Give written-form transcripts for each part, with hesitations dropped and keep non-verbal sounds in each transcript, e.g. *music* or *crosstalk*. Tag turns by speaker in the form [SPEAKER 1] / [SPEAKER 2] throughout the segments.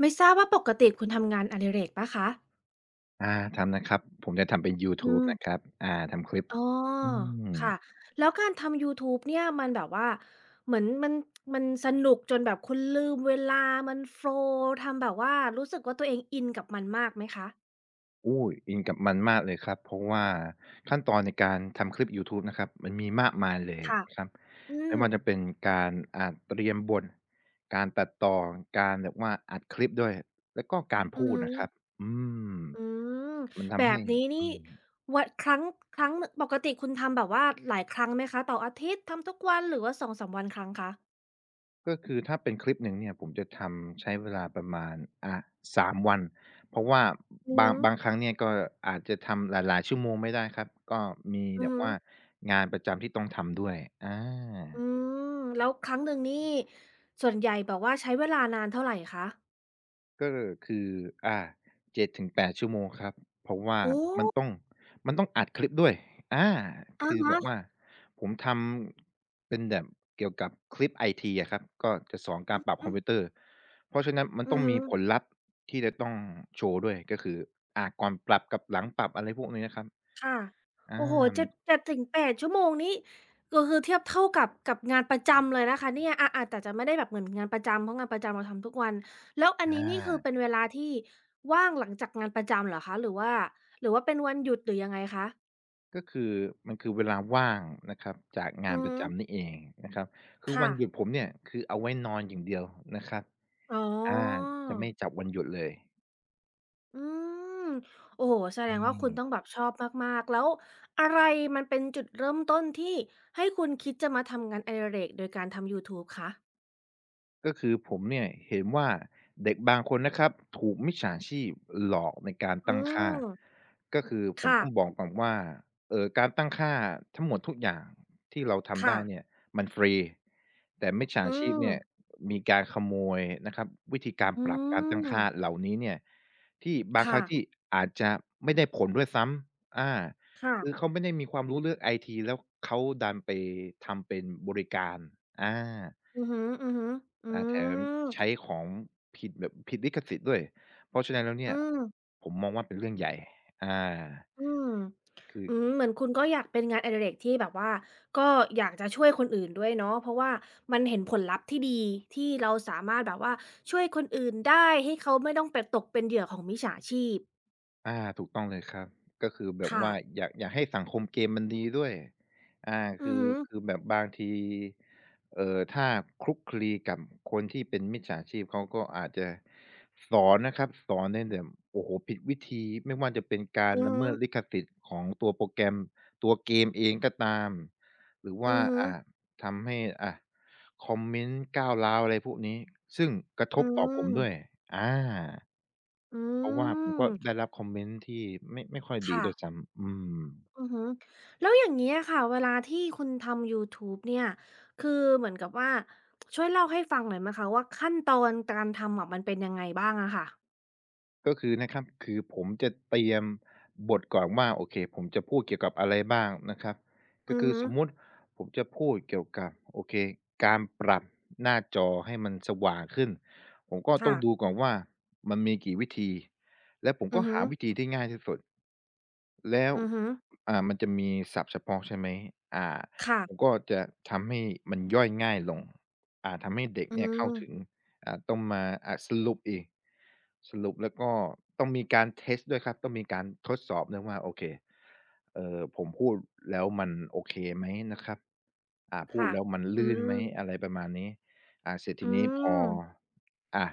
[SPEAKER 1] ไม่ทราบว่าปกติคุณทำงานอดิเรกเปล่าคะ
[SPEAKER 2] ทำนะครับผมจะทำเป็นยู
[SPEAKER 1] อื
[SPEAKER 2] ทูบ
[SPEAKER 1] ม
[SPEAKER 2] นะครับทำคลิป
[SPEAKER 1] อ๋อ
[SPEAKER 2] อืม
[SPEAKER 1] ค่ะแล้วการทำยูทูบเนี่ยมันแบบว่าเหมือนมันสนุกจนแบบคุณลืมเวลามันโฟลว์ทำแบบว่ารู้สึกว่าตัวเองอินกับมันมากไหมคะ
[SPEAKER 2] อู้อินกับมันมากเลยครับเพราะว่าขั้นตอนในการทำคลิปยูทูบนะครับมันมีมากมายเลย
[SPEAKER 1] ค่ะ
[SPEAKER 2] นะครับ
[SPEAKER 1] อื
[SPEAKER 2] ไม่
[SPEAKER 1] ม
[SPEAKER 2] ว่าจะเป็นการเตรียมบทการตัดต่อการแบบว่าอัดคลิปด้วยแล้วก็การ
[SPEAKER 1] อื
[SPEAKER 2] พู
[SPEAKER 1] อ
[SPEAKER 2] ด
[SPEAKER 1] ฮึ
[SPEAKER 2] นะครับอืม
[SPEAKER 1] อืม
[SPEAKER 2] มัน
[SPEAKER 1] แบ
[SPEAKER 2] ทำให้
[SPEAKER 1] บนี้นี่
[SPEAKER 2] อืม
[SPEAKER 1] วันครั้งครั้งปกติคุณทำแบบว่าหลายครั้งไหมคะต่ออาทิตย์ทำทุกวันหรือว่าสองสามวันครั้งคะ
[SPEAKER 2] ก็คือถ้าเป็นคลิปหนึ่งเนี่ยผมจะทำใช้เวลาประมาณอ่า3วันเพราะว่า
[SPEAKER 1] อือ
[SPEAKER 2] บาง
[SPEAKER 1] ฮึ
[SPEAKER 2] บางครั้งเนี่ยก็อาจจะทำหลายๆชั่วโมงไม่ได้ครับก็มี
[SPEAKER 1] อื
[SPEAKER 2] แบ
[SPEAKER 1] อ
[SPEAKER 2] บ
[SPEAKER 1] ฮึ
[SPEAKER 2] ว่างานประจำที่ต้องทำด้วยอา
[SPEAKER 1] อืมแล้วครั้งหนึ่งนี่ส่วนใหญ่แบบว่าใช้เวลานานเท่าไรคะ
[SPEAKER 2] ก็คืออ่า7-8ชั่วโมงครับเพราะว่า
[SPEAKER 1] โอ้
[SPEAKER 2] มันต้องมันต้องอัดคลิปด้วยอา
[SPEAKER 1] อะ
[SPEAKER 2] คือแบ
[SPEAKER 1] ฮะ
[SPEAKER 2] บว่าผมทำเป็นแบบเกี่ยวกับคลิปไอทีอะครับก็จะสอน
[SPEAKER 1] อื
[SPEAKER 2] การ
[SPEAKER 1] อ
[SPEAKER 2] ปรับ
[SPEAKER 1] ฮึ
[SPEAKER 2] คอมพิวเตอร์เพราะฉะนั้นมัน
[SPEAKER 1] อื
[SPEAKER 2] ต้
[SPEAKER 1] อ
[SPEAKER 2] อง
[SPEAKER 1] ฮึ
[SPEAKER 2] มีผลลัพธ์ที่จะต้องโชว์ด้วยก็คือก่อนปรับกับหลังปรับอะไรพวกนี้นะครับ
[SPEAKER 1] ค่ะ
[SPEAKER 2] อา
[SPEAKER 1] โอ้โฮ
[SPEAKER 2] มั
[SPEAKER 1] เจ็
[SPEAKER 2] น
[SPEAKER 1] ดเจ็ดถึงแป8ชั่วโมงนี้ก็คือเทียบเท่ากับงานประจำเลยนะคะเนี่ยอาอาจแต่จะไม่ได้แบบเหมือนงานประจำเพราะงานประจำเราทำทุกวันแล้วอัน
[SPEAKER 2] อ
[SPEAKER 1] นี้นี่คือ
[SPEAKER 2] า
[SPEAKER 1] เป็นเวลาที่ว่างหลังจากงานประจำเหรอคะหรือว่าเป็นวันหยุดหรือยังไงคะ
[SPEAKER 2] ก็คือมันคือเวลาว่างนะครับจากงา
[SPEAKER 1] อื
[SPEAKER 2] น
[SPEAKER 1] อ
[SPEAKER 2] ป
[SPEAKER 1] ฮึ
[SPEAKER 2] ระจำนี่เองนะครับคือ
[SPEAKER 1] ค่ะ
[SPEAKER 2] วันหยุดผมเนี่ยคือเอาไว้นอนอย่างเดียวนะครับ
[SPEAKER 1] อ๋
[SPEAKER 2] อา
[SPEAKER 1] อ
[SPEAKER 2] จะไม่จับวันหยุดเลย
[SPEAKER 1] อืม โอ้โฮแสด
[SPEAKER 2] อื
[SPEAKER 1] งว่าคุณต้อง
[SPEAKER 2] ม
[SPEAKER 1] แบบชอบมากๆแล้วอะไรมันเป็นจุดเริ่มต้นที่ให้คุณคิดจะมาทำงานอดิเรกโดยการทำยูทูบคะ
[SPEAKER 2] ก็คือผมเนี่ยเห็นว่าเด็กบางคนนะครับถูกมิจฉาชีพหลอกในการ
[SPEAKER 1] อื
[SPEAKER 2] ตั้งค่า
[SPEAKER 1] ม
[SPEAKER 2] ก็คือผม
[SPEAKER 1] ค่ะ
[SPEAKER 2] ต้องบอกก่อนว่าการตั้งค่าทั้งหมดทุกอย่างที่เราทำ
[SPEAKER 1] ค่ะ
[SPEAKER 2] ได้เนี่ยมันฟรีแต่มิจฉา
[SPEAKER 1] อื
[SPEAKER 2] ชีพ
[SPEAKER 1] ม
[SPEAKER 2] เนี่ยมีการขโมยนะครับวิธีการ
[SPEAKER 1] อื
[SPEAKER 2] ปรับการตั้ง
[SPEAKER 1] ม
[SPEAKER 2] ค่าเหล่านี้เนี่ยที่บางค
[SPEAKER 1] ค่ะ
[SPEAKER 2] รั้งที่อาจจะไม่ได้ผลด้วยซ้ำคือ
[SPEAKER 1] ค่ะ
[SPEAKER 2] เขาไม่ได้มีความรู้เรื่องไอทีแล้วเขาดันไปทำเป็นบริการอา
[SPEAKER 1] อือฮึๆอืม
[SPEAKER 2] อาแถมใช้ของผิดแบบผิดลิขสิทธิ์ด้วยเพราะฉะนั้นแล้ว
[SPEAKER 1] อื
[SPEAKER 2] เนี่ย
[SPEAKER 1] ม
[SPEAKER 2] ผมมองว่าเป็นเรื่องใหญ่อา
[SPEAKER 1] อืม
[SPEAKER 2] คือ
[SPEAKER 1] อืมเหมือนคุณก็อยากเป็นงานอดิเรกที่แบบว่าก็อยากจะช่วยคนอื่นด้วยเนาะเพราะว่ามันเห็นผลลัพธ์ที่ดีที่เราสามารถแบบว่าช่วยคนอื่นได้ให้เขาไม่ต้องไปตกเป็นเหยื่อของมิจฉาชีพ
[SPEAKER 2] อาถูกต้องเลยครับก็คือแบบ
[SPEAKER 1] ค่ะ
[SPEAKER 2] ว่าอยากให้สังคมเกมมันดีด้วยอา
[SPEAKER 1] อื
[SPEAKER 2] คื
[SPEAKER 1] อ
[SPEAKER 2] อ
[SPEAKER 1] ฮึ
[SPEAKER 2] คือแบบบางทีถ้าคลุกคลีกับคนที่เป็นมิจฉาชีพเขาก็อาจจะสอนนะครับสอนในแบบโอ้โฮผิดวิธีไม่ว่าจะเป็นการ
[SPEAKER 1] อือ
[SPEAKER 2] ละ
[SPEAKER 1] ฮึ
[SPEAKER 2] เมิดลิขสิทธิ์ของตัวโปรแกรมตัวเกมเองก็ตามหรือว่า
[SPEAKER 1] อือฮึ
[SPEAKER 2] อ่าทำให้อ่าคอมเมนต์ก้าวร้าวอะไรพวกนี้ซึ่งกระท
[SPEAKER 1] อื
[SPEAKER 2] บต่อผมด้วย
[SPEAKER 1] ม
[SPEAKER 2] อา
[SPEAKER 1] อื
[SPEAKER 2] เพราะว่าผม
[SPEAKER 1] ม
[SPEAKER 2] ก็ได้รับคอมเมนต์ที่ไม่ค่อยดี
[SPEAKER 1] ค่ะ
[SPEAKER 2] ด้วยซ้ำอืม
[SPEAKER 1] อือฮึแล้วอย่างเงี้ยค่ะเวลาที่คุณทำยูทูบเนี่ยคือเหมือนกับว่าช่วยเล่าให้ฟังหน่อยไหมคะว่าขั้นตอนการทำอะมันเป็นยังไงบ้างอะค่ะ
[SPEAKER 2] ก็คือนะครับคือผมจะเตรียมบทก่อนว่าโอเคผมจะพูดเกี่ยวกับอะไรบ้างนะครับก็
[SPEAKER 1] อือ
[SPEAKER 2] คือ
[SPEAKER 1] ฮึ
[SPEAKER 2] สมมุติผมจะพูดเกี่ยวกับโอเคการปรับหน้าจอให้มันสว่างขึ้นผมก็ต้อ
[SPEAKER 1] ค่ะ
[SPEAKER 2] งดูก่อนว่ามันมีกี่วิธีและผม
[SPEAKER 1] อื
[SPEAKER 2] ก็
[SPEAKER 1] อฮึ
[SPEAKER 2] หาวิธีที่ง่ายที่สุด แล้ว
[SPEAKER 1] อือฮึ
[SPEAKER 2] มันจะมีศัพท์เฉพาะใช่ไหมอ่า
[SPEAKER 1] ค่ะ
[SPEAKER 2] ผมก็จะทำให้มันย่อยง่ายลงทำให้เด็ก
[SPEAKER 1] อื
[SPEAKER 2] เนี่ยเข้าถึง
[SPEAKER 1] ม
[SPEAKER 2] ต้องมาสรุปอีกสรุปแล้วก็ต้องมีการเทสต์ด้วยครับต้องมีการทดสอบด้วยว่าโอเคผมพูดแล้วมันโอเคไหมนะครับพูด
[SPEAKER 1] ค่ะ
[SPEAKER 2] แล้วมัน
[SPEAKER 1] อื
[SPEAKER 2] ลื่นไหม
[SPEAKER 1] ม
[SPEAKER 2] อะไรประมาณนี้อ่าเสร็จ
[SPEAKER 1] อื
[SPEAKER 2] ทีนี้พอ
[SPEAKER 1] ม
[SPEAKER 2] อ่า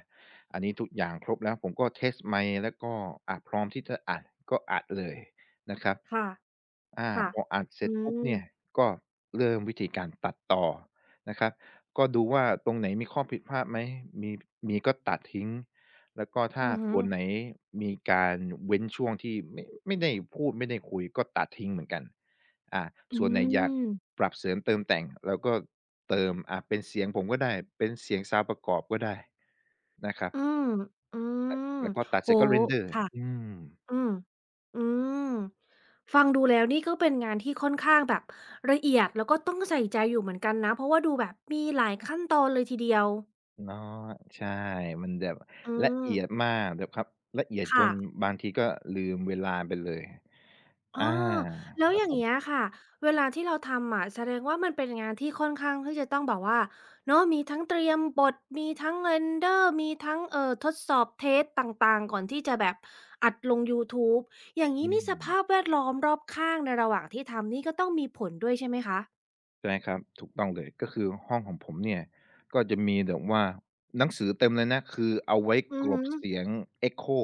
[SPEAKER 2] อันนี้ทุกอย่างครบแล้วผมก็เทสต์ไมค์แล้วก็พร้อมที่จะอัดก็อัดเลย นะครับ
[SPEAKER 1] ค่ะค่ะ
[SPEAKER 2] พออัดเส
[SPEAKER 1] อื
[SPEAKER 2] ร็จปุ๊บ
[SPEAKER 1] ม
[SPEAKER 2] เนี่ยก็เริ่มวิธีการตัดต่อนะครับก็ดูว่าตรงไหนมีข้อผิดพลาดไหมมีมีก็ตัดทิ้งแล้วก็ถ้า
[SPEAKER 1] อือฮึ
[SPEAKER 2] ส่วนไหนมีการเว้นช่วงที่ไม่ได้พูดไม่ได้คุยก็ตัดทิ้งเหมือนกันอา
[SPEAKER 1] อื
[SPEAKER 2] ส่วนไหนอยาก
[SPEAKER 1] ม
[SPEAKER 2] ปรับเสริมเติมแต่งเราก็เติมเป็นเสียงผมก็ได้เป็นเสียงซาวด์ประกอบก็ได้นะครับ
[SPEAKER 1] อืมอืม
[SPEAKER 2] แล้วก็ตัดเส
[SPEAKER 1] โอ้
[SPEAKER 2] ร็จก็
[SPEAKER 1] โฮ
[SPEAKER 2] render
[SPEAKER 1] ค่ะ
[SPEAKER 2] อืม
[SPEAKER 1] อืมอืมฟังดูแล้วนี่ก็เป็นงานที่ค่อนข้างแบบละเอียดแล้วก็ต้องใส่ใจอยู่เหมือนกันนะเพราะว่าดูแบบมีหลายขั้นตอนเลยทีเดียว
[SPEAKER 2] เนาะใช่ มันแบบ
[SPEAKER 1] อื
[SPEAKER 2] ละ
[SPEAKER 1] ม
[SPEAKER 2] เอียดมากแบบครับละเอียดจ
[SPEAKER 1] ค่ะ
[SPEAKER 2] นบางทีก็ลืมเวลาไปเลยอา
[SPEAKER 1] อ๋อ แล้ว
[SPEAKER 2] ครั
[SPEAKER 1] อ
[SPEAKER 2] บ
[SPEAKER 1] ย่าง
[SPEAKER 2] ผ
[SPEAKER 1] เงี้ย
[SPEAKER 2] ม
[SPEAKER 1] ค่ะเวลาที่เราทำอะแสดงว่ามันเป็นงานที่ค่อนข้างที่จะต้องแบบว่าเนาะมีทั้งเตรียมบทมีทั้ง render มีทั้งทดสอบเทสต่างๆก่อนที่จะแบบอัดลงยูทูบอย่างงี้
[SPEAKER 2] อื
[SPEAKER 1] นี่ส
[SPEAKER 2] ม
[SPEAKER 1] ภาพแวดล้อมรอบข้างในระหว่างที่ทำนี่ก็ต้องมีผลด้วยใช่ไหมคะ
[SPEAKER 2] ใช่ครับถูกต้องเลยก็คือห้องของผมเนี่ยก็จะมีแบบว่าหนังสือเต็มเลยนะคือเอาไว้
[SPEAKER 1] อือ
[SPEAKER 2] กล
[SPEAKER 1] ฮึ
[SPEAKER 2] บเสียง echo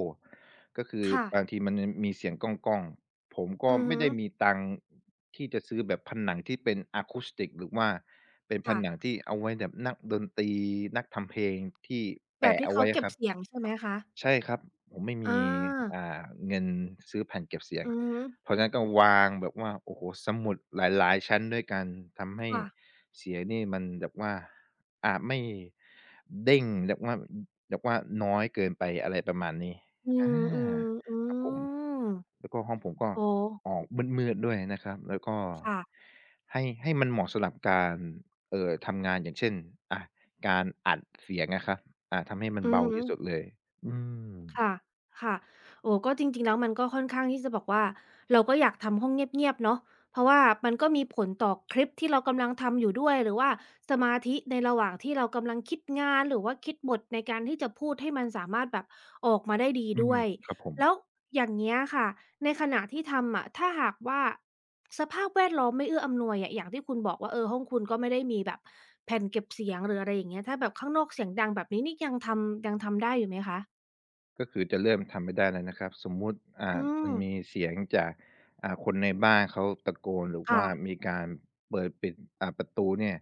[SPEAKER 2] ก็คือ
[SPEAKER 1] ค่ะ
[SPEAKER 2] บางทีมันมีเสียงก้องๆผมก็
[SPEAKER 1] อือ
[SPEAKER 2] ไม่
[SPEAKER 1] ฮึ
[SPEAKER 2] ได้มีตังค์ที่จะซื้อแบบผนังที่เป็นอะคูสติกหรือว่าเป็นผ
[SPEAKER 1] ค่ะ
[SPEAKER 2] นังที่เอาไว้แบบนักดนตรีนักทำเพลงที่
[SPEAKER 1] แบบ
[SPEAKER 2] แปะ
[SPEAKER 1] ที่
[SPEAKER 2] เอา
[SPEAKER 1] เขา
[SPEAKER 2] ไว้
[SPEAKER 1] เก็
[SPEAKER 2] อะค
[SPEAKER 1] บ
[SPEAKER 2] รับ
[SPEAKER 1] เสียงใช่ไหมคะ
[SPEAKER 2] ใช่ครับผมไม่มี
[SPEAKER 1] อา
[SPEAKER 2] อ่าเงินซื้อแผ่นเก็บเสียง
[SPEAKER 1] อือฮึ
[SPEAKER 2] เพราะงั้นก็วางแบบว่าโอ้โฮสมุดหลายๆชั้นด้วยกันทำให้
[SPEAKER 1] ค่ะ
[SPEAKER 2] เสียงนี่มันแบบว่าไม่เด้งแบบว่าแบบว่าน้อยเกินไปอะไรประมาณนี้
[SPEAKER 1] อื
[SPEAKER 2] อา
[SPEAKER 1] มๆอื
[SPEAKER 2] ครับผม
[SPEAKER 1] ม
[SPEAKER 2] แล้วก็ห้องผมก็
[SPEAKER 1] อ๋อ
[SPEAKER 2] ออกมืดๆด้วยนะครับแล้วก็
[SPEAKER 1] ค่ะ
[SPEAKER 2] ให้มันเหมาะสำหรับการทำงานอย่างเช่นอะการอัดเสียงอะครับทำให้มัน
[SPEAKER 1] อือ
[SPEAKER 2] เบา
[SPEAKER 1] ฮึ
[SPEAKER 2] ที่สุดเลยอืม
[SPEAKER 1] ค่ะค่ะโอ้ก็จริงๆ แล้วมันก็ค่อนข้างที่จะบอกว่าเราก็อยากทำห้องเงียบๆเนาะเพราะว่ามันก็มีผลต่อคลิปที่เรากำลังทำอยู่ด้วยหรือว่าสมาธิในระหว่างที่เรากำลังคิดงานหรือว่าคิดบทในการที่จะพูดให้มันสามารถแบบออกมาได้ดี
[SPEAKER 2] อื
[SPEAKER 1] ด้
[SPEAKER 2] ม
[SPEAKER 1] วย
[SPEAKER 2] ครับผม
[SPEAKER 1] แล้วอย่างเงี้ยค่ะในขณะที่ทำอะถ้าหากว่าสภาพแวดล้อมไม่เอื้ออำนวยอะอย่างที่คุณบอกว่าเออห้องคุณก็ไม่ได้มีแบบแผ่นเก็บเสียงหรืออะไรอย่างเงี้ยถ้าแบบข้างนอกเสียงดังแบบนี้นี่ยังทำได้อยู่ไหมคะ
[SPEAKER 2] ก็คือจะเริ่มทำไม่ได้แล้วนะครับสมมุติ
[SPEAKER 1] อื
[SPEAKER 2] มั
[SPEAKER 1] ม
[SPEAKER 2] นมีเสียงจากคนในบ้านเขาตะโกนหรือ
[SPEAKER 1] ค่ะ
[SPEAKER 2] ว่ามีการเปิดปิดประตูเนี่ย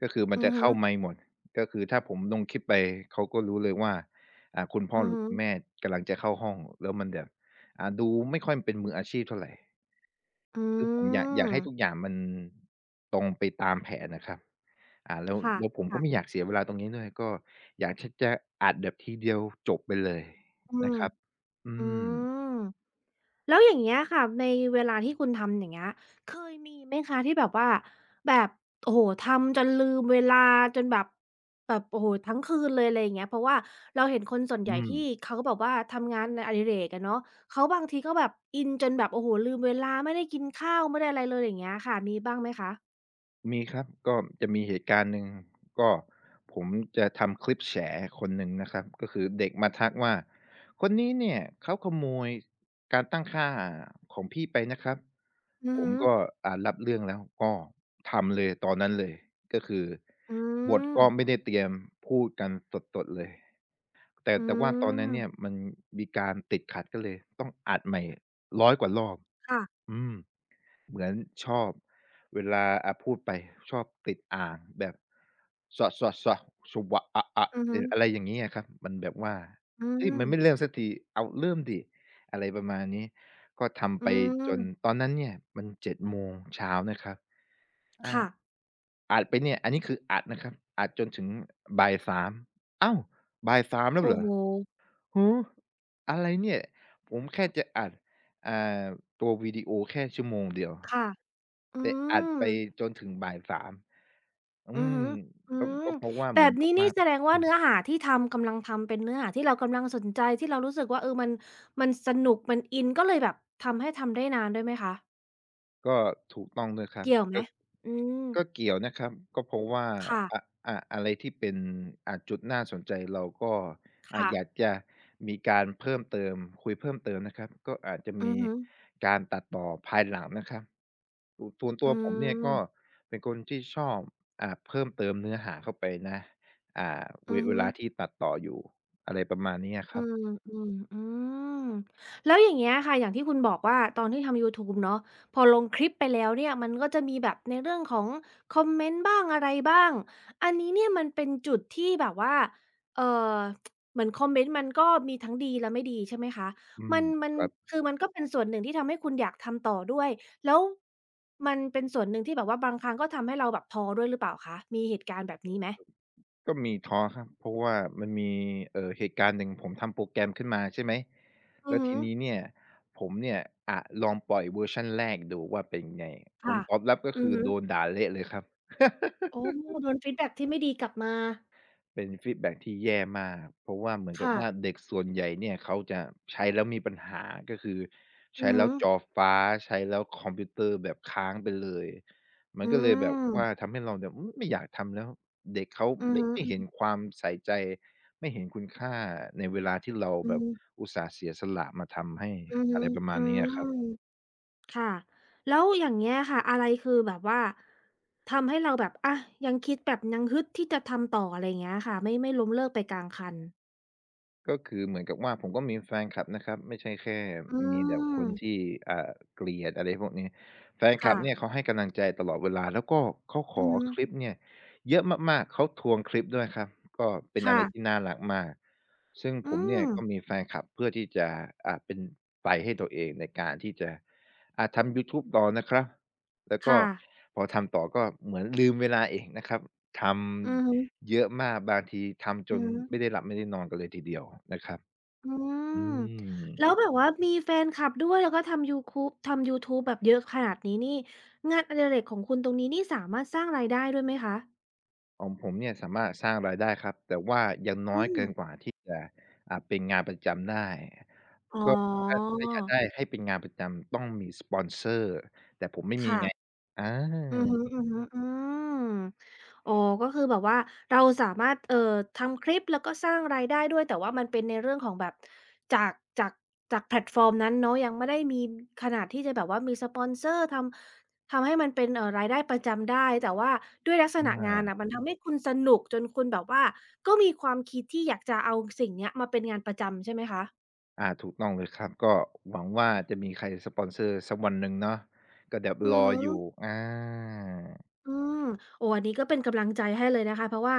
[SPEAKER 2] ก็คือมัน
[SPEAKER 1] อือ
[SPEAKER 2] จะ
[SPEAKER 1] ฮึ
[SPEAKER 2] เข้าไมค์หมดก็คือถ้าผมลงคลิปไปเขาก็รู้เลยว่าคุณพ่อ
[SPEAKER 1] อือ
[SPEAKER 2] หรือ
[SPEAKER 1] ฮึ
[SPEAKER 2] คุณแม่กำลังจะเข้าห้องแล้วมันแบบดูไม่ค่อยเป็นมืออาชีพเท่าไร
[SPEAKER 1] อื
[SPEAKER 2] คือผมอยากอ
[SPEAKER 1] ม
[SPEAKER 2] ยากให้ทุกอย่างมันตรงไปตามแผนน่ะครับแล้ว
[SPEAKER 1] ค่ะ
[SPEAKER 2] แล้วผมก็ไม่อ
[SPEAKER 1] ค่ะ
[SPEAKER 2] ยากเสียเวลาตรงนี้ด้วยก็อยากที่จะอัดแบบทีเดียวจบไปเลย
[SPEAKER 1] อื
[SPEAKER 2] นะ
[SPEAKER 1] ม
[SPEAKER 2] ครับอื
[SPEAKER 1] อื
[SPEAKER 2] ม
[SPEAKER 1] มแล้วอย่างเงี้ยค่ะในเวลาที่คุณทำอย่างเงี้ยเคยมีไหมคะที่แบบว่าแบบโอ้โฮทำจนลืมเวลาจนแบบแบบโอ้โฮทั้งคืนเลยอะไรอย่างเงี้ยเพราะว่าเราเห็นคนส่วนใหญ่
[SPEAKER 2] อืม
[SPEAKER 1] ที่เขาแบบว่าทำงานในอดิเรกอะเนาะเขาบางทีก็แบบอินจนแบบโอ้โฮลืมเวลาไม่ได้กินข้าวไม่ได้อะไรเลยอย่างเงี้ยค่ะมีบ้างไหมคะ
[SPEAKER 2] มีครับก็จะมีเหตุการณ์หนึ่งก็ผมจะทำคลิปแฉคนหนึ่งนะครับก็คือเด็กมาทักว่า คนนี้เนี่ยเขาขโมยการตั้งค่าของพี่ไปนะครับ
[SPEAKER 1] อือ
[SPEAKER 2] ผม
[SPEAKER 1] ฮึ
[SPEAKER 2] ก็รับเรื่องแล้วก็ทำเลยตอนนั้นเลยก็คือ
[SPEAKER 1] อื
[SPEAKER 2] บท
[SPEAKER 1] ม
[SPEAKER 2] ก็ไม่ได้เตรียมพูดกันสดๆเลยแต่
[SPEAKER 1] อื
[SPEAKER 2] แต่ว่าตอนนั้นเนี่ย
[SPEAKER 1] ม
[SPEAKER 2] มันมีการติดขัดก็เลย ต้องอัดใหม่ร้อยกว่ารอบ
[SPEAKER 1] ค่ะ
[SPEAKER 2] อืม เหมือนชอบเวลาพูดไปชอบติดอ่างแบบสะสะสะสวะอะอะ
[SPEAKER 1] อือ
[SPEAKER 2] อ
[SPEAKER 1] ฮึ
[SPEAKER 2] อะไรอย่างงี้อะครับมันแบบว่า
[SPEAKER 1] อื
[SPEAKER 2] เฮ้ยมันไม่เริ่
[SPEAKER 1] ม
[SPEAKER 2] มสักทีเอาเริ่มดิอะไรประมาณนี้ก็ทำ
[SPEAKER 1] อื
[SPEAKER 2] ไปจนต
[SPEAKER 1] ม
[SPEAKER 2] อนนั้นเนี่ยมัน7โมงเช้านะครับอา
[SPEAKER 1] ค่ะ
[SPEAKER 2] อัดไปเนี่ยอันนี้คืออัดนะครับอัดจนถึงบ่าย3อ้าวบ่าย3แล้ว
[SPEAKER 1] โอ้
[SPEAKER 2] เหรอ
[SPEAKER 1] โฮ
[SPEAKER 2] หืออะไรเนี่ย ผมแค่จะอัดอ่าตัววิดีโอแค่ชั่วโมงเดียว
[SPEAKER 1] ค่ะอื
[SPEAKER 2] แต่อัด
[SPEAKER 1] ม
[SPEAKER 2] ไปจนถึงบ่ายสามอื
[SPEAKER 1] อือ
[SPEAKER 2] ม
[SPEAKER 1] ฮึอื
[SPEAKER 2] ก็
[SPEAKER 1] ม
[SPEAKER 2] ก็เพราะว่า
[SPEAKER 1] แบ
[SPEAKER 2] เหมือ
[SPEAKER 1] บ
[SPEAKER 2] นกั
[SPEAKER 1] นี้
[SPEAKER 2] บ
[SPEAKER 1] นี่
[SPEAKER 2] ว่า
[SPEAKER 1] แสดงว่า
[SPEAKER 2] อืม
[SPEAKER 1] เนื้อหาที่ทำกำลังทำเป็นเนื้อหาที่เรากำลังสนใจที่เรารู้สึกว่าเออมันสนุกมันอินก็เลยแบบทำให้ทำได้นานด้วยไหมคะ
[SPEAKER 2] ก็ถูกต้องด้วยครับ
[SPEAKER 1] เกี่ยวไหม
[SPEAKER 2] ก็
[SPEAKER 1] อืม
[SPEAKER 2] ก็เกี่ยวนะครับก็เพราะว่า
[SPEAKER 1] ค่ะ
[SPEAKER 2] อะอะไรที่เป็นจุดน่าสนใจเราก็
[SPEAKER 1] ค่ะ
[SPEAKER 2] อยากจะมีการเพิ่มเติมคุยเพิ่มเติมนะครับก็อาจจะ
[SPEAKER 1] อือ
[SPEAKER 2] มี
[SPEAKER 1] ฮึ
[SPEAKER 2] การตัดต่อภายหลังนะครับส่วนตั
[SPEAKER 1] อื
[SPEAKER 2] วผมเนี่ยก็
[SPEAKER 1] ม
[SPEAKER 2] เป็นคนที่ชอบเพิ่มเติมเนื้อหาเข้าไปนะเว
[SPEAKER 1] อือ
[SPEAKER 2] เว
[SPEAKER 1] ฮึ
[SPEAKER 2] ลาที่ตัดต่ออยู่อะไรประมาณเนี้ยค
[SPEAKER 1] อื
[SPEAKER 2] รั
[SPEAKER 1] ม
[SPEAKER 2] บ
[SPEAKER 1] อืมอืมแล้วอย่างเงี้ยค่ะอย่างที่คุณบอกว่าตอนที่ทำยูทูบเนาะพอลงคลิปไปแล้วเนี่ยมันก็จะมีแบบในเรื่องของคอมเมนต์บ้างอะไรบ้างอันนี้เนี่ยมันเป็นจุดที่แบบว่าเอ่อเหมือนคอมเมนต์มันก็มีทั้งดีและไม่ดีใช่ไหมคะ
[SPEAKER 2] อื
[SPEAKER 1] มั
[SPEAKER 2] ม
[SPEAKER 1] นมัน
[SPEAKER 2] ครับ
[SPEAKER 1] คือมันก็เป็นส่วนหนึ่งที่ทำให้คุณอยากทำต่อด้วยแล้วมันเป็นส่วนหนึ่งที่แบบว่าบางครั้งก็ทำให้เราแบบท้อด้วยหรือเปล่าคะมีเหตุการณ์แบบนี้ไหม
[SPEAKER 2] ก็มีท้อครับเพราะว่ามันมีเหตุการณ์หนึ่งผมทำโปรแกรมขึ้นมาใช่ไหม
[SPEAKER 1] อือ
[SPEAKER 2] แล้ว
[SPEAKER 1] ฮึ
[SPEAKER 2] ทีนี้เนี่ยผมเนี่ยอะลองปล่อยเวอร์ชันแรกดูว่าเป็นไงผล
[SPEAKER 1] ค่ะ
[SPEAKER 2] ตอบรับก็
[SPEAKER 1] อือ
[SPEAKER 2] คือ
[SPEAKER 1] ฮึ
[SPEAKER 2] โดนด่าเละเลยครับ
[SPEAKER 1] โอ้โดนฟีดแบ็กที่ไม่ดีกลับมา
[SPEAKER 2] เป็นฟีดแบ็กที่แย่มาก เพราะว่าเหมือนกับ
[SPEAKER 1] ค่ะ
[SPEAKER 2] ว่าเด็กส่วนใหญ่เนี่ยเขาจะใช้แล้วมีปัญหาก็คือ
[SPEAKER 1] อื
[SPEAKER 2] ใช้
[SPEAKER 1] อฮึ
[SPEAKER 2] แล้วจอฟ้าใช้แล้วคอมพิวเตอร์แบบค้างไปเลย มั
[SPEAKER 1] อื
[SPEAKER 2] นก็เลยแบบว่า
[SPEAKER 1] ม
[SPEAKER 2] ทำให้เราเนี่ยอืมไม่อยากทำแล้วเด็กเขา
[SPEAKER 1] อือ
[SPEAKER 2] ไม่
[SPEAKER 1] ฮึ
[SPEAKER 2] ไม่เห็นความใส่ใจไม่เห็นคุณค่าในเวลาที่เรา
[SPEAKER 1] อื
[SPEAKER 2] แบบ
[SPEAKER 1] อ
[SPEAKER 2] อุตส่าห์เสียสละมาทำให้
[SPEAKER 1] อือฮึ
[SPEAKER 2] อะไรประมา
[SPEAKER 1] อื
[SPEAKER 2] ณนี้อะครั
[SPEAKER 1] ม
[SPEAKER 2] บ
[SPEAKER 1] ค่ะแล้วอย่างเงี้ยค่ะอะไรคือแบบว่าทำให้เราแบบอะยังคิดแบบยังฮึดที่จะทำต่ออะไรอย่างเงี้ยค่ะไม่ล้มเลิกไปกลางคัน
[SPEAKER 2] ก็คือเหมือนกับว่าผมก็มีแฟนคลับนะครับไม่ใช่แค่
[SPEAKER 1] อื
[SPEAKER 2] มีแต่คนที่
[SPEAKER 1] ม
[SPEAKER 2] เกลียดอะไรพวกนี้แฟนคลั
[SPEAKER 1] ค่ะ
[SPEAKER 2] บเนี่ยเขาให้กำลังใจตลอดเวลาแล้วก็เขาข
[SPEAKER 1] อื
[SPEAKER 2] อ
[SPEAKER 1] อฮึ
[SPEAKER 2] คลิปเนี่ยเยอะมากๆเขาทวงคลิปด้วยครับก็เป็นอะไรที่
[SPEAKER 1] ค่ะ
[SPEAKER 2] น่ารักมากซึ่งผ
[SPEAKER 1] อื
[SPEAKER 2] มเนี่ย
[SPEAKER 1] ม
[SPEAKER 2] ก็มีแฟนคลับเพื่อที่จะเป็นไฟให้ตัวเองในการที่จะทำยูทูบต่อนะครับแล้วก็
[SPEAKER 1] ค่ะ
[SPEAKER 2] พอทำต่อก็เหมือนลืมเวลาอีกนะครับท
[SPEAKER 1] อือฮึ
[SPEAKER 2] ำ เยอะมากบางทีทำจ
[SPEAKER 1] อื
[SPEAKER 2] น
[SPEAKER 1] อฮึ
[SPEAKER 2] ไม่ได้หลับไม่ได้นอนกันเลยทีเดียวนะครับ
[SPEAKER 1] อื
[SPEAKER 2] อื
[SPEAKER 1] ม
[SPEAKER 2] ม
[SPEAKER 1] แล้วแบบว่ามีแฟนคลับด้วยแล้วก็ทำยูคูบทำยูทูบแบบเยอะขนาดนี้นี่งานอดิเรกของคุณตรงนี้นี่สามารถสร้างรายได้ด้วยไหมคะ
[SPEAKER 2] ของผมเนี่ยสามารถสร้างรายได้ครับแต่ว่ายังน้
[SPEAKER 1] อื
[SPEAKER 2] อย
[SPEAKER 1] ม
[SPEAKER 2] เกินกว่าที่จะเป็นงานประจำได้
[SPEAKER 1] อ๋อ
[SPEAKER 2] ก็ถ้าอยากได้ให้เป็นงานประจำต้องมีสปอนเซอร์แต่ผมไม่มี
[SPEAKER 1] ค่ะ
[SPEAKER 2] ไงอ
[SPEAKER 1] อือ
[SPEAKER 2] า
[SPEAKER 1] ฮึอือฮึอืมอ๋อก็คือแบบว่าเราสามารถทำคลิปแล้วก็สร้างรายได้ด้วยแต่ว่ามันเป็นในเรื่องของแบบจากจากจากแพลตฟอร์มนั้นเนาะยังไม่ได้มีขนาดที่จะแบบว่ามีสปอนเซอร์ทำให้มันเป็นรายได้ประจำได้แต่ว่าด้วยลักษณะงานน่ะมันทำให้คุณสนุกจนคุณแบบว่าก็มีความคิดที่อยากจะเอาสิ่งเนี้ยมาเป็นงานประจำใช่ไหมคะ
[SPEAKER 2] อาถูกต้องเลยครับก็หวังว่าจะมีใครสปอนเซอร์สักวันหนึ่งเนาะก็เดี๋ยว
[SPEAKER 1] อื
[SPEAKER 2] ร
[SPEAKER 1] อ
[SPEAKER 2] อ
[SPEAKER 1] ฮึ
[SPEAKER 2] อยู่อา
[SPEAKER 1] อืมโอ้อันนี้ก็เป็นกำลังใจให้เลยนะคะ เพราะว่า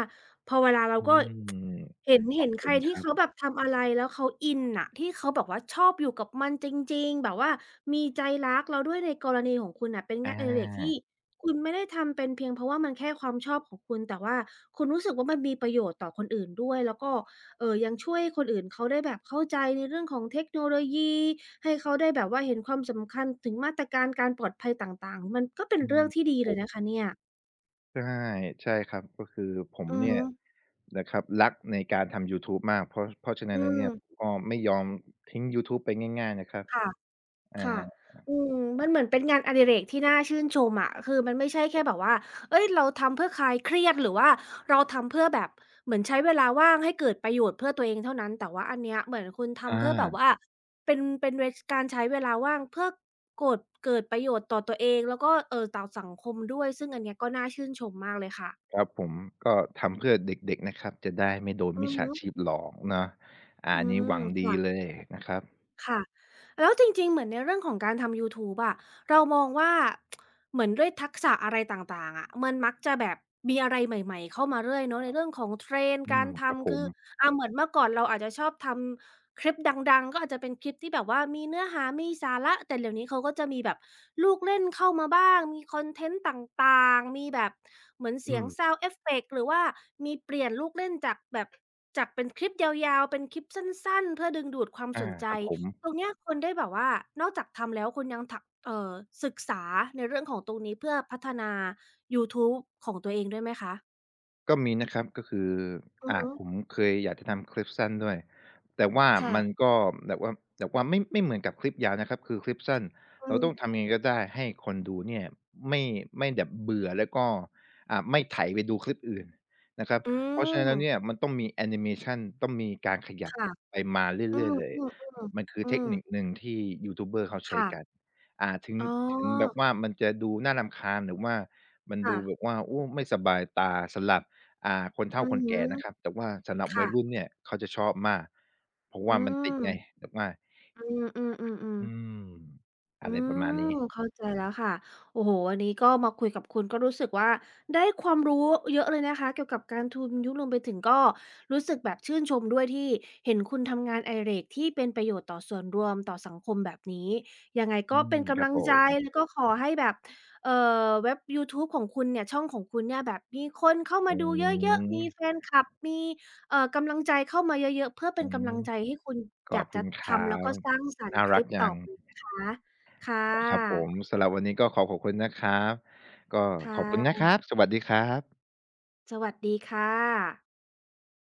[SPEAKER 1] พอเวลาเรา
[SPEAKER 2] อื
[SPEAKER 1] ก็ *tsk*
[SPEAKER 2] ม
[SPEAKER 1] เห็น
[SPEAKER 2] ขอ
[SPEAKER 1] เห็
[SPEAKER 2] บ
[SPEAKER 1] นใค
[SPEAKER 2] คุ
[SPEAKER 1] ร
[SPEAKER 2] ณค
[SPEAKER 1] ที่
[SPEAKER 2] รั
[SPEAKER 1] เขา
[SPEAKER 2] บ
[SPEAKER 1] แบบทำอะไรแล้วเขาอินน่ะที่เขาแบบว่าชอบอยู่กับมันจริงๆแบบว่ามีใจรักเราด้วยในกรณีของคุณน่ะเป็นงานอดิเรกที่
[SPEAKER 2] อา
[SPEAKER 1] คุณไม่ได้ทำเป็นเพียงเพราะว่ามันแค่ความชอบของคุณแต่ว่าคุณรู้สึกว่ามันมีประโยชน์ต่อคนอื่นด้วยแล้วก็เออยังช่วยคนอื่นเขาได้แบบเข้าใจในเรื่องของเทคโนโลยีให้เขาได้แบบว่าเห็นความสำคัญถึงมาตรการการปลอดภัยต่างๆมันก็เป็น
[SPEAKER 2] อื
[SPEAKER 1] เรื่อง
[SPEAKER 2] ม
[SPEAKER 1] ที่ดีเลยนะคะเนี่ย
[SPEAKER 2] ใช่ใช่ครับก็คือผม
[SPEAKER 1] อือ
[SPEAKER 2] เนี่ย
[SPEAKER 1] ฮึ
[SPEAKER 2] นะครับรักในการทำยูทูบมากเพราะฉะนั้
[SPEAKER 1] อื
[SPEAKER 2] นแล้ว
[SPEAKER 1] ม
[SPEAKER 2] เนี่ยก็ไม่ยอมทิ้งยูทูบไปง่ายๆนะครับ
[SPEAKER 1] ค่ะค่ะ
[SPEAKER 2] อ่า
[SPEAKER 1] อืมมันเหมือนเป็นงานอดิเรกที่น่าชื่นชมอะคือมันไม่ใช่แค่แบบว่าเฮ้ยเราทำเพื่อคลายเครียดหรือว่าเราทำเพื่อแบบเหมือนใช้เวลาว่างให้เกิดประโยชน์เพื่อตัวเองเท่านั้นแต่ว่าอันเนี้ยเหมือนคุณ
[SPEAKER 2] อา
[SPEAKER 1] ทำเพื่อแบบว่าเป็นเวการใช้เวลาว่างเพื่อโกดเกิดประโยชน์ต่อตัวเองแล้วก็ต่อสังคมด้วยซึ่งอันเนี้ยก็น่าชื่นชมมากเลยค่ะ
[SPEAKER 2] ครับผมก็ทำเพื่อเด็กๆนะครับจะได้ไม่โดน
[SPEAKER 1] อื
[SPEAKER 2] มิ
[SPEAKER 1] อ
[SPEAKER 2] จฉา
[SPEAKER 1] ฮึ
[SPEAKER 2] ชีพหลอกเนาะอา
[SPEAKER 1] อื
[SPEAKER 2] อันนี้ห
[SPEAKER 1] ม
[SPEAKER 2] วังดี
[SPEAKER 1] ค่ะ
[SPEAKER 2] เลยนะครับ
[SPEAKER 1] ค่ะแล้วจริงๆเหมือนในเรื่องของการทำยูทูบอะเรามองว่าเหมือนด้วยทักษะอะไรต่างๆอะมันมักจะแบบมีอะไรใหม่ๆเข้ามาเรื่อยเนาะในเรื่องของ trend
[SPEAKER 2] อื
[SPEAKER 1] การ
[SPEAKER 2] มครับผ
[SPEAKER 1] ทำคื
[SPEAKER 2] ม
[SPEAKER 1] ออาเหมือนเมื่อก่อนเราอาจจะชอบทำคลิปดังๆก็อาจจะเป็นคลิปที่แบบว่ามีเนื้อหามีสาระแต่เดี๋ยวนี้เขาก็จะมีแบบลูกเล่นเข้ามาบ้างมีคอนเทนต์ต่างๆมีแบบเหมือนเสี
[SPEAKER 2] อื
[SPEAKER 1] ยง
[SPEAKER 2] ม
[SPEAKER 1] sound effect หรือว่ามีเปลี่ยนลูกเล่นจากแบบจากเป็นคลิปยาวๆเป็นคลิปสั้นๆเพื่อดึงดูดความส
[SPEAKER 2] อา
[SPEAKER 1] นใจ
[SPEAKER 2] ครับผม
[SPEAKER 1] ตรงเนี้ยคุณได้แบบว่า นอกจากทำแล้วคุณยังถักศึกษาในเรื่องของตรงนี้เพื่อพัฒนายูทูบของตัวเองด้วยไหมคะ
[SPEAKER 2] ก็มีนะครับก็คือ
[SPEAKER 1] อือฮึ
[SPEAKER 2] ผมเคยอยากจะทำคลิปสั้นด้วยแต่ว่า
[SPEAKER 1] ค่ะ
[SPEAKER 2] มันก็แบบว่าแบบว่าไม่เหมือนกับคลิปยาวนะครับคือคลิปสั้น
[SPEAKER 1] อื
[SPEAKER 2] เราต้อง
[SPEAKER 1] ม
[SPEAKER 2] ทำยังไงก็ได้ให้คนดูเนี่ยไม่ไม่แบบเบื่อแล้วก็ไม่ไถไปดูคลิปอื่นนะครับ
[SPEAKER 1] อื
[SPEAKER 2] เพราะฉะนั้นแล้วเนี่ย
[SPEAKER 1] ม
[SPEAKER 2] มันต้องมีแอนิเมชันต้องมีการขยับ
[SPEAKER 1] ค่ะ
[SPEAKER 2] ไปมา
[SPEAKER 1] อื
[SPEAKER 2] เรื่อยๆเลย
[SPEAKER 1] ม
[SPEAKER 2] มัน
[SPEAKER 1] ๆ
[SPEAKER 2] คื
[SPEAKER 1] ๆ
[SPEAKER 2] อ
[SPEAKER 1] อื
[SPEAKER 2] เทค
[SPEAKER 1] ม
[SPEAKER 2] นิคหนึ่งที่ยูทูบเบอร์เขาใช้
[SPEAKER 1] ค่ะ
[SPEAKER 2] กันอ่าถึง
[SPEAKER 1] อ๋
[SPEAKER 2] ถึงแบ
[SPEAKER 1] อ
[SPEAKER 2] บว่ามันจะดูน่ารำคาญหรือว่ามัน
[SPEAKER 1] ค่ะ
[SPEAKER 2] ดูแบบว่าโอ้ไม่สบายตาสลับ คน
[SPEAKER 1] อื
[SPEAKER 2] เฒ่าค
[SPEAKER 1] อ
[SPEAKER 2] น
[SPEAKER 1] ฮึ
[SPEAKER 2] แก่นะครับแต่ว่าสำหรับวัยรุ่น
[SPEAKER 1] ค่ะ
[SPEAKER 2] เนี่ยเขาจะชอบมากเพราะ
[SPEAKER 1] อื
[SPEAKER 2] ว่ามันติดไง
[SPEAKER 1] ม
[SPEAKER 2] แบบว่า
[SPEAKER 1] อือ
[SPEAKER 2] อื
[SPEAKER 1] ๆๆๆ
[SPEAKER 2] ม
[SPEAKER 1] อื
[SPEAKER 2] อะไรประมาณ
[SPEAKER 1] ม
[SPEAKER 2] นี้
[SPEAKER 1] เข้าใจแล้วค่ะโอ้โฮวันนี้ก็มาคุยกับคุณก็รู้สึกว่าได้ความรู้เยอะเลยนะคะเกี่ยวกับการทุนยุครวมไปถึงก็รู้สึกแบบชื่นชมด้วยที่เห็นคุณทำงานอดิเรกที่เป็นประโยชน์ต่อส่วนรวมต่อสังคมแบบนี้ยังไง
[SPEAKER 2] อื
[SPEAKER 1] ก็เป็
[SPEAKER 2] ม
[SPEAKER 1] น
[SPEAKER 2] ค
[SPEAKER 1] กำ
[SPEAKER 2] รับ
[SPEAKER 1] ลัง
[SPEAKER 2] ผ
[SPEAKER 1] ใจ
[SPEAKER 2] ม
[SPEAKER 1] แล้วก็ขอให้แบบเอ่เว็บยูทูบของคุณเนี่ยช่องของคุณเนี่ยแบบมีคนเข้ามา
[SPEAKER 2] อื
[SPEAKER 1] ดูเยอะๆ
[SPEAKER 2] ม
[SPEAKER 1] มีแฟนคลับมีกำลังใจเข้ามาเยอะๆเพื่อเป็
[SPEAKER 2] อื
[SPEAKER 1] นกำลั
[SPEAKER 2] ม
[SPEAKER 1] งใจให้คุณ
[SPEAKER 2] ข
[SPEAKER 1] อ
[SPEAKER 2] อ
[SPEAKER 1] ยา
[SPEAKER 2] บ
[SPEAKER 1] ก
[SPEAKER 2] คุ
[SPEAKER 1] จะ
[SPEAKER 2] ณค
[SPEAKER 1] ทำ
[SPEAKER 2] รั
[SPEAKER 1] แล้วก็
[SPEAKER 2] บ
[SPEAKER 1] สร้างสรรค์
[SPEAKER 2] น่า
[SPEAKER 1] ค
[SPEAKER 2] รั
[SPEAKER 1] ลิ
[SPEAKER 2] ก
[SPEAKER 1] ป
[SPEAKER 2] จั
[SPEAKER 1] ต่อ
[SPEAKER 2] ง
[SPEAKER 1] ไปนะคะ ค่
[SPEAKER 2] นะครับผ
[SPEAKER 1] ะ
[SPEAKER 2] มสำหรับวันนี้ก็ขอบคุณนะครับก็
[SPEAKER 1] ค่ะ
[SPEAKER 2] ขอบคุณนะครับสวัสดีครับ
[SPEAKER 1] สวัสดีค่ะ